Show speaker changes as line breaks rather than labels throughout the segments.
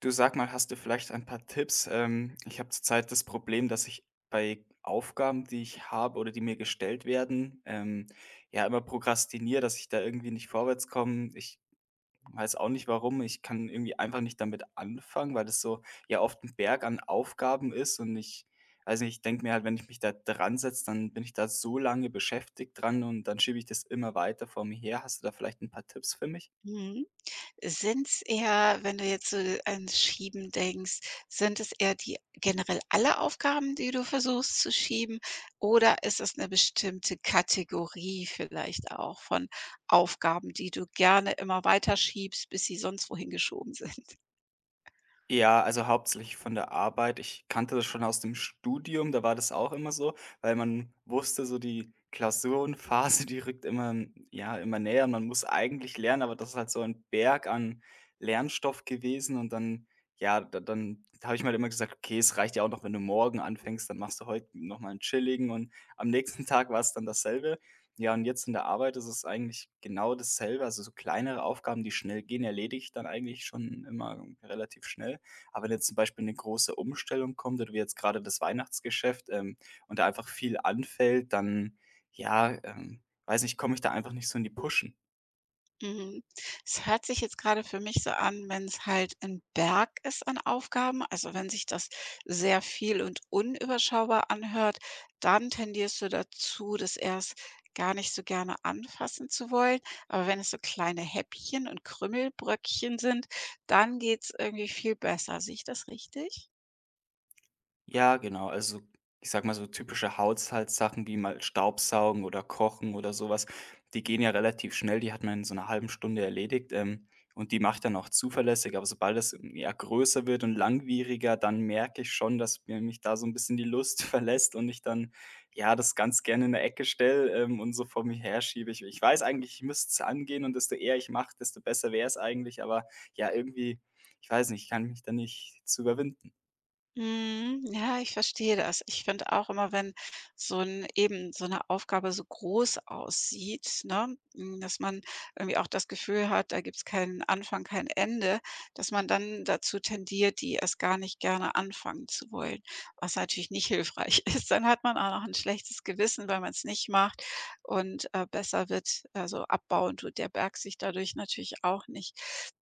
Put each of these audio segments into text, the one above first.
Du, sag mal, hast du vielleicht ein paar Tipps? Ich habe zurzeit das Problem, dass ich bei Aufgaben, die ich habe oder die mir gestellt werden, ja immer prokrastiniere, dass ich da irgendwie nicht vorwärts komme. Ich weiß auch nicht warum. Ich kann irgendwie einfach nicht damit anfangen, weil das so ja oft ein Berg an Aufgaben ist und ich weiß nicht, ich denke mir halt, wenn ich mich da dran setze, dann bin ich da so lange beschäftigt dran und dann schiebe ich das immer weiter vor mir her. Hast du da vielleicht ein paar Tipps für mich?
Mhm. Sind's eher, wenn du jetzt so ans Schieben denkst, sind es eher die generell alle Aufgaben, die du versuchst zu schieben, oder ist es eine bestimmte Kategorie vielleicht auch von Aufgaben, die du gerne immer weiter schiebst, bis sie sonst wohin geschoben sind?
Ja, also hauptsächlich von der Arbeit. Ich kannte das schon aus dem Studium, da war das auch immer so, weil man wusste, so die Klausurenphase, die rückt immer, ja, immer näher. Und man muss eigentlich lernen, aber das ist halt so ein Berg an Lernstoff gewesen. Und dann, ja, da, dann habe ich mir halt immer gesagt: okay, es reicht ja auch noch, wenn du morgen anfängst, dann machst du heute nochmal einen chilligen und am nächsten Tag war es dann dasselbe. Ja, und jetzt in der Arbeit ist es eigentlich genau dasselbe. Also, so kleinere Aufgaben, die schnell gehen, erledige ich dann eigentlich schon immer relativ schnell. Aber wenn jetzt zum Beispiel eine große Umstellung kommt oder wie jetzt gerade das Weihnachtsgeschäft, und da einfach viel anfällt, dann ja, weiß nicht, komme ich da einfach nicht so in die Pushen.
Mhm. Es hört sich jetzt gerade für mich so an, wenn es halt ein Berg ist an Aufgaben, also wenn sich das sehr viel und unüberschaubar anhört, dann tendierst du dazu, das erst gar nicht so gerne anfassen zu wollen. Aber wenn es so kleine Häppchen und Krümelbröckchen sind, dann geht's irgendwie viel besser. Sehe ich das richtig?
Ja, genau. Also, ich sag mal so typische Haushaltssachen wie mal Staubsaugen oder Kochen oder sowas. Die gehen ja relativ schnell, die hat man in so einer halben Stunde erledigt, und die mache ich dann auch zuverlässig. Aber sobald das, hm, ja, größer wird und langwieriger, dann merke ich schon, dass mir mich da so ein bisschen die Lust verlässt und ich dann, ja, das ganz gerne in 'ne Ecke stelle, und so vor mich herschiebe. Ich weiß eigentlich, ich müsste es angehen und desto eher ich mache, desto besser wäre es eigentlich, aber ja, irgendwie, ich weiß nicht, ich kann mich da nicht zu überwinden.
Mhm, ja, ich verstehe das. Ich finde auch immer, wenn so ein eben so eine Aufgabe so groß aussieht, ne, dass man irgendwie auch das Gefühl hat, da gibt's keinen Anfang, kein Ende, dass man dann dazu tendiert, die erst gar nicht gerne anfangen zu wollen, was natürlich nicht hilfreich ist. Dann hat man auch noch ein schlechtes Gewissen, weil man es nicht macht und besser wird. Also, abbauen tut der Berg sich dadurch natürlich auch nicht.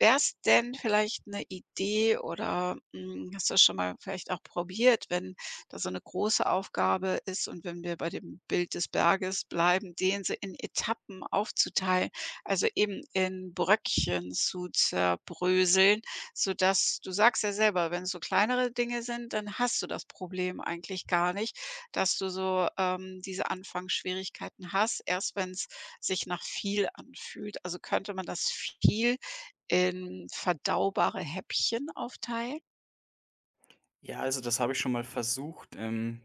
Wäre es denn vielleicht eine Idee oder, hast du das schon mal vielleicht auch probiert, wenn da so eine große Aufgabe ist und wenn wir bei dem Bild des Berges bleiben, den so in Etappen aufzuteilen, also eben in Bröckchen zu zerbröseln? Sodass du sagst ja selber, wenn es so kleinere Dinge sind, dann hast du das Problem eigentlich gar nicht, dass du so diese Anfangsschwierigkeiten hast, erst wenn es sich nach viel anfühlt. Also könnte man das viel in verdaubare Häppchen aufteilen?
Ja, also das habe ich schon mal versucht.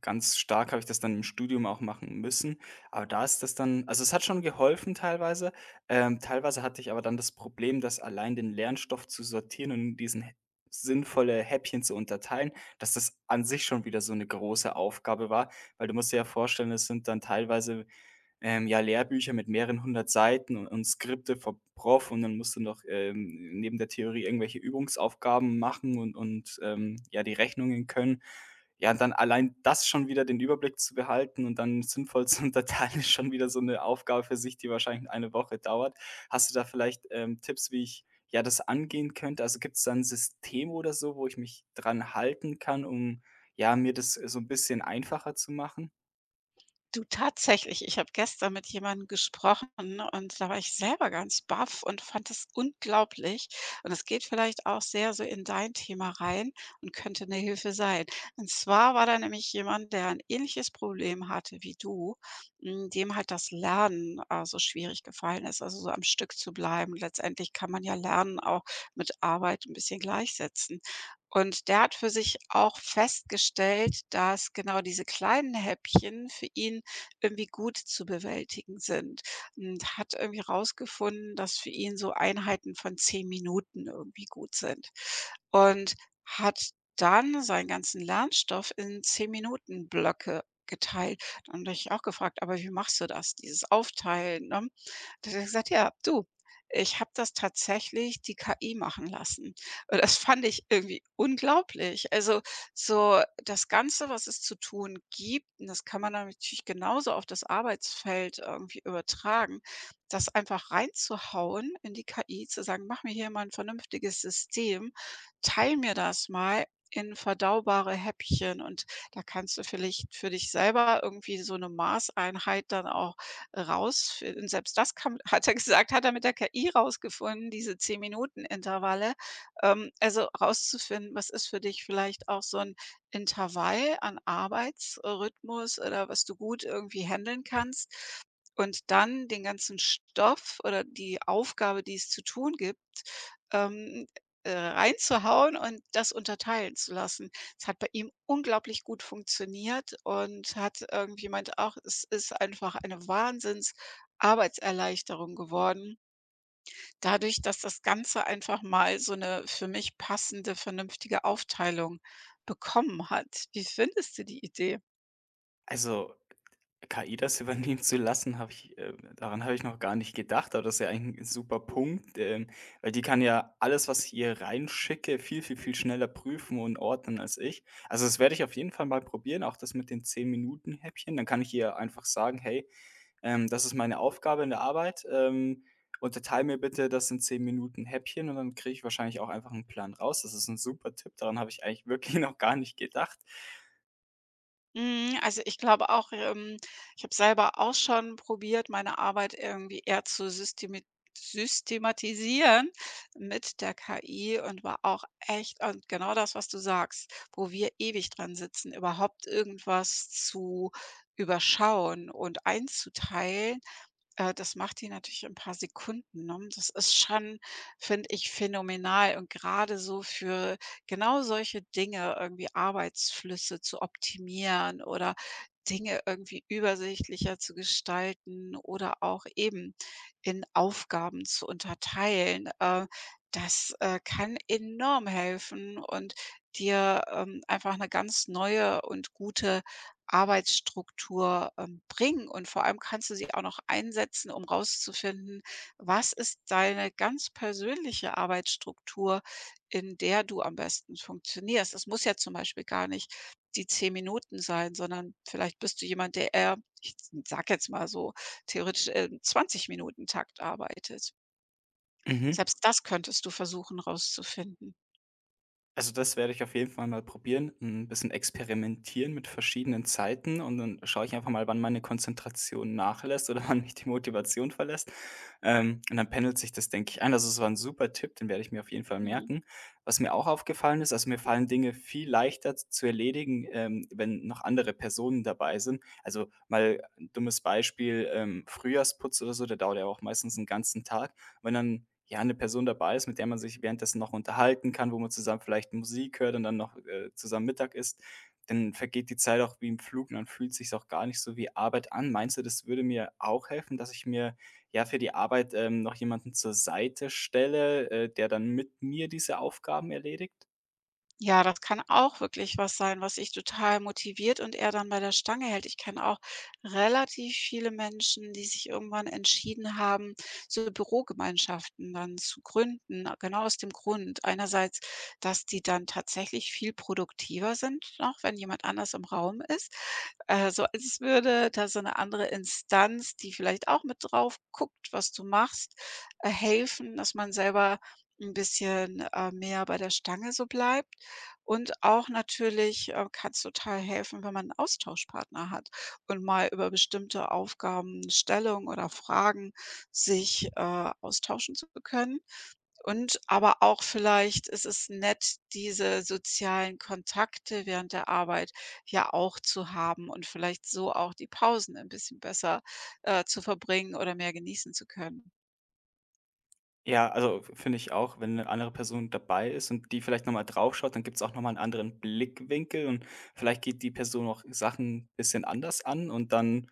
Ganz stark habe ich das dann im Studium auch machen müssen. Aber da ist das dann, also es hat schon geholfen teilweise. Teilweise hatte ich aber dann das Problem, das allein den Lernstoff zu sortieren und in diesen hä sinnvolle Häppchen zu unterteilen, dass das an sich schon wieder so eine große Aufgabe war, weil du musst dir ja vorstellen, es sind dann teilweise ja, Lehrbücher mit mehreren hundert Seiten und Skripte vom Prof und dann musst du noch, neben der Theorie irgendwelche Übungsaufgaben machen und ja, die Rechnungen können. Ja, und dann allein das schon wieder den Überblick zu behalten und dann sinnvoll zu unterteilen, ist schon wieder so eine Aufgabe für sich, die wahrscheinlich eine Woche dauert. Hast du da vielleicht, Tipps, wie ich, ja, das angehen könnte? Also, gibt's da 'n System oder so, wo ich mich dran halten kann, um, ja, mir das so ein bisschen einfacher zu machen?
Du, tatsächlich, ich habe gestern mit jemandem gesprochen und da war ich selber ganz baff und fand es unglaublich. Und es geht vielleicht auch sehr so in dein Thema rein und könnte eine Hilfe sein. Und zwar war da nämlich jemand, der ein ähnliches Problem hatte wie du, dem halt das Lernen so schwierig gefallen ist, also so am Stück zu bleiben. Letztendlich kann man ja Lernen auch mit Arbeit ein bisschen gleichsetzen. Und der hat für sich auch festgestellt, dass genau diese kleinen Häppchen für ihn irgendwie gut zu bewältigen sind, und hat irgendwie rausgefunden, dass für ihn so Einheiten von 10 Minuten irgendwie gut sind, und hat dann seinen ganzen Lernstoff in 10 Minuten Blöcke geteilt. Dann habe ich auch gefragt: „Aber wie machst du das, dieses Aufteilen, ne?“ Da hat er gesagt: „Ja, du, ich habe das tatsächlich die KI machen lassen.“ Und das fand ich irgendwie unglaublich. Also, so das Ganze, was es zu tun gibt, und das kann man dann natürlich genauso auf das Arbeitsfeld irgendwie übertragen, das einfach reinzuhauen in die KI, zu sagen: „Mach mir hier mal ein vernünftiges System, teile mir das mal in verdaubare Häppchen.“ Und da kannst du vielleicht für dich selber irgendwie so eine Maßeinheit dann auch Raus und selbst das kam, hat er gesagt, hat er mit der KI rausgefunden, diese 10 Minuten-Intervalle, also rauszufinden, was ist für dich vielleicht auch so ein Intervall an Arbeitsrhythmus oder was du gut irgendwie händeln kannst, und dann den ganzen Stoff oder die Aufgabe, die es zu tun gibt, ähm, reinzuhauen und das unterteilen zu lassen. Es hat bei ihm unglaublich gut funktioniert, und hat irgendwie, meinte auch, es ist einfach eine Wahnsinns-Arbeitserleichterung geworden, dadurch, dass das Ganze einfach mal so 'ne für mich passende, vernünftige Aufteilung bekommen hat. Wie findest du die Idee?
Also, KI das übernehmen zu lassen, habe ich daran habe ich noch gar nicht gedacht, aber das ist ja eigentlich 'n super Punkt, weil die kann ja alles, was ich ihr reinschicke, viel, viel, viel schneller prüfen und ordnen als ich. Also, das werde ich auf jeden Fall mal probieren, auch das mit den 10 Minuten-Häppchen. Dann kann ich ihr einfach sagen: „Hey, das ist meine Aufgabe in der Arbeit, unterteile mir bitte das in 10 Minuten-Häppchen“ und dann kriege ich wahrscheinlich auch einfach einen Plan raus. Das ist ein super Tipp, daran habe ich eigentlich wirklich noch gar nicht gedacht.
Mhm, also ich glaube auch, ich habe selber auch schon probiert, meine Arbeit irgendwie eher zu systemi systematisieren mit der KI, und war auch echt, und genau das, was du sagst, wo wir ewig dran sitzen, überhaupt irgendwas zu überschauen und einzuteilen. Das macht die natürlich in ein paar Sekunden, ne? Das ist schon, finde ich, phänomenal, und gerade so für genau solche Dinge, irgendwie Arbeitsflüsse zu optimieren oder Dinge irgendwie übersichtlicher zu gestalten oder auch eben in Aufgaben zu unterteilen. Das kann enorm helfen und dir einfach eine ganz neue und gute Arbeitsstruktur bringen, und vor allem kannst du sie auch noch einsetzen, um rauszufinden, was ist deine ganz persönliche Arbeitsstruktur, in der du am besten funktionierst. Es muss ja zum Beispiel gar nicht die 10 Minuten sein, sondern vielleicht bist du jemand, der eher, ich sage jetzt mal so theoretisch, im Minuten Takt arbeitet.
Mhm.
Selbst das könntest du versuchen rauszufinden.
Also, das werde ich auf jeden Fall mal probieren, ein bisschen experimentieren mit verschiedenen Zeiten und dann schaue ich einfach mal, wann meine Konzentration nachlässt oder wann mich die Motivation verlässt. Und dann pendelt sich das, denke ich, ein. Also, es war ein super Tipp, den werde ich mir auf jeden Fall
Mhm.
merken. Was mir auch aufgefallen ist, also, mir fallen Dinge viel leichter z zu erledigen, wenn noch andere Personen dabei sind. Also, mal 'n dummes Beispiel, Frühjahrsputz oder so, der dauert ja auch meistens einen ganzen Tag. Wenn dann, ja, eine Person dabei ist, mit der man sich währenddessen noch unterhalten kann, wo man zusammen vielleicht Musik hört und dann noch, zusammen Mittag isst, dann vergeht die Zeit auch wie im Flug und dann fühlt sich's auch gar nicht so wie Arbeit an. Meinst du, das würde mir auch helfen, dass ich mir, ja, für die Arbeit, noch jemanden zur Seite stelle, der dann mit mir diese Aufgaben erledigt?
Ja, das kann auch wirklich was sein, was dich total motiviert und eher dann bei der Stange hält. Ich kenne auch relativ viele Menschen, die sich irgendwann entschieden haben, so Bürogemeinschaften dann zu gründen, genau aus dem Grund. Einerseits, dass die dann tatsächlich viel produktiver sind, auch wenn jemand anders im Raum ist. So als würde da so eine andere Instanz, die vielleicht auch mit drauf guckt, was du machst, helfen, dass man selber ein bisschen mehr bei der Stange so bleibt. Und auch natürlich kann es total helfen, wenn man 'n Austauschpartner hat und mal über bestimmte Aufgaben, Stellung oder Fragen sich austauschen zu können. Und aber auch vielleicht ist es nett, diese sozialen Kontakte während der Arbeit ja auch zu haben und vielleicht so auch die Pausen ein bisschen besser zu verbringen oder mehr genießen zu können.
Ja, also, finde ich auch, wenn eine andere Person dabei ist und die vielleicht noch mal draufschaut, dann gibt es auch noch mal 'n anderen Blickwinkel und vielleicht geht die Person auch Sachen ein bisschen anders an und dann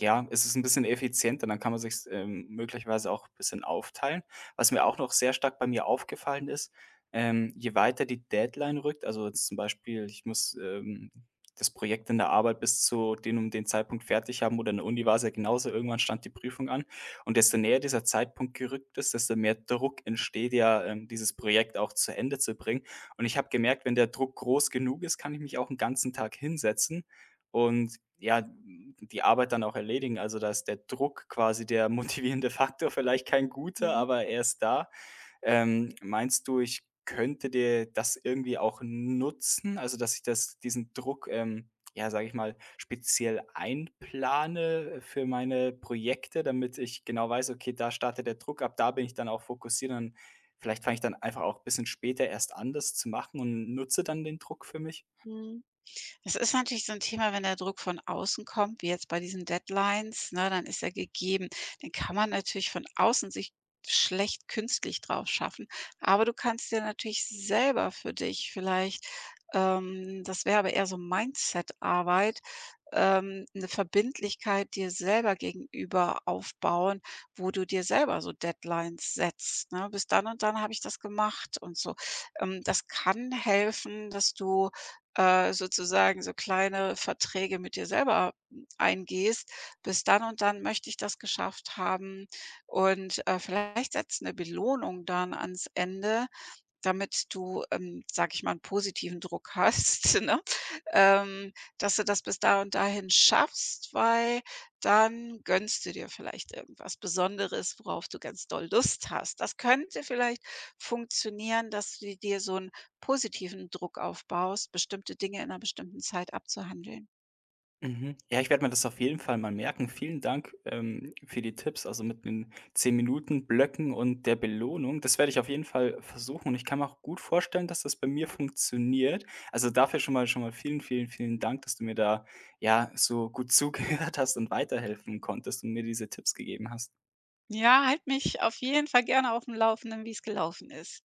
ja, es ist ein bisschen effizienter, dann kann man sich möglicherweise auch ein bisschen aufteilen. Was mir auch noch sehr stark bei mir aufgefallen ist, je weiter die Deadline rückt, also jetzt zum Beispiel, ich muss, das Projekt in der Arbeit bis zu den um den Zeitpunkt fertig haben oder in der Uni war es ja genauso, irgendwann stand die Prüfung an. Und desto näher dieser Zeitpunkt gerückt ist, desto mehr Druck entsteht ja, dieses Projekt auch zu Ende zu bringen. Und ich habe gemerkt, wenn der Druck groß genug ist, kann ich mich auch einen ganzen Tag hinsetzen und ja, die Arbeit dann auch erledigen. Also, da ist der Druck quasi der motivierende Faktor, vielleicht kein guter,
Mhm,
aber er ist da. Meinst du, ich könnte dir das irgendwie auch nutzen? Also, dass ich das diesen Druck, ja, sage ich mal, speziell einplane für meine Projekte, damit ich genau weiß: „Okay, da startet der Druck, ab da bin ich dann auch fokussiert.“ Und vielleicht fange ich dann einfach auch ein bisschen später erst an, das zu machen und nutze dann den Druck für mich?
mhm. Es ist natürlich so ein Thema, wenn der Druck von außen kommt, wie jetzt bei diesen Deadlines, ne, dann ist er gegeben. Den kann man natürlich von außen sich schlecht künstlich drauf schaffen. Aber du kannst dir natürlich selber für dich vielleicht, das wäre aber eher so Mindset-Arbeit, 'ne Verbindlichkeit dir selber gegenüber aufbauen, wo du dir selber so Deadlines setzt, ne? „Bis dann und dann habe ich das gemacht“ und so. Das kann helfen, dass du sozusagen so kleine Verträge mit dir selber m eingehst. Bis dann und dann möchte ich das geschafft haben und vielleicht setzt eine Belohnung dann ans Ende, damit du sage ich mal, 'n positiven Druck hast, ne? Ähm, dass du das bis da und dahin schaffst, weil dann gönnst du dir vielleicht irgendwas Besonderes, worauf du ganz doll Lust hast. Das könnte vielleicht funktionieren, dass du dir so 'n positiven Druck aufbaust, bestimmte Dinge in 'ner bestimmten Zeit abzuhandeln.
Mhm. Ja, ich werde mir das auf jeden Fall mal merken. Vielen Dank, für die Tipps, also mit den 10 Minuten Blöcken und der Belohnung. Das werde ich auf jeden Fall versuchen und ich kann mir auch gut vorstellen, dass das bei mir funktioniert. Also, dafür schon mal vielen, vielen, vielen Dank, dass du mir da, ja, so gut zugehört hast und weiterhelfen konntest und mir diese Tipps gegeben hast.
Ja, halt mich auf jeden Fall gerne aufm Laufenden, wie's gelaufen ist.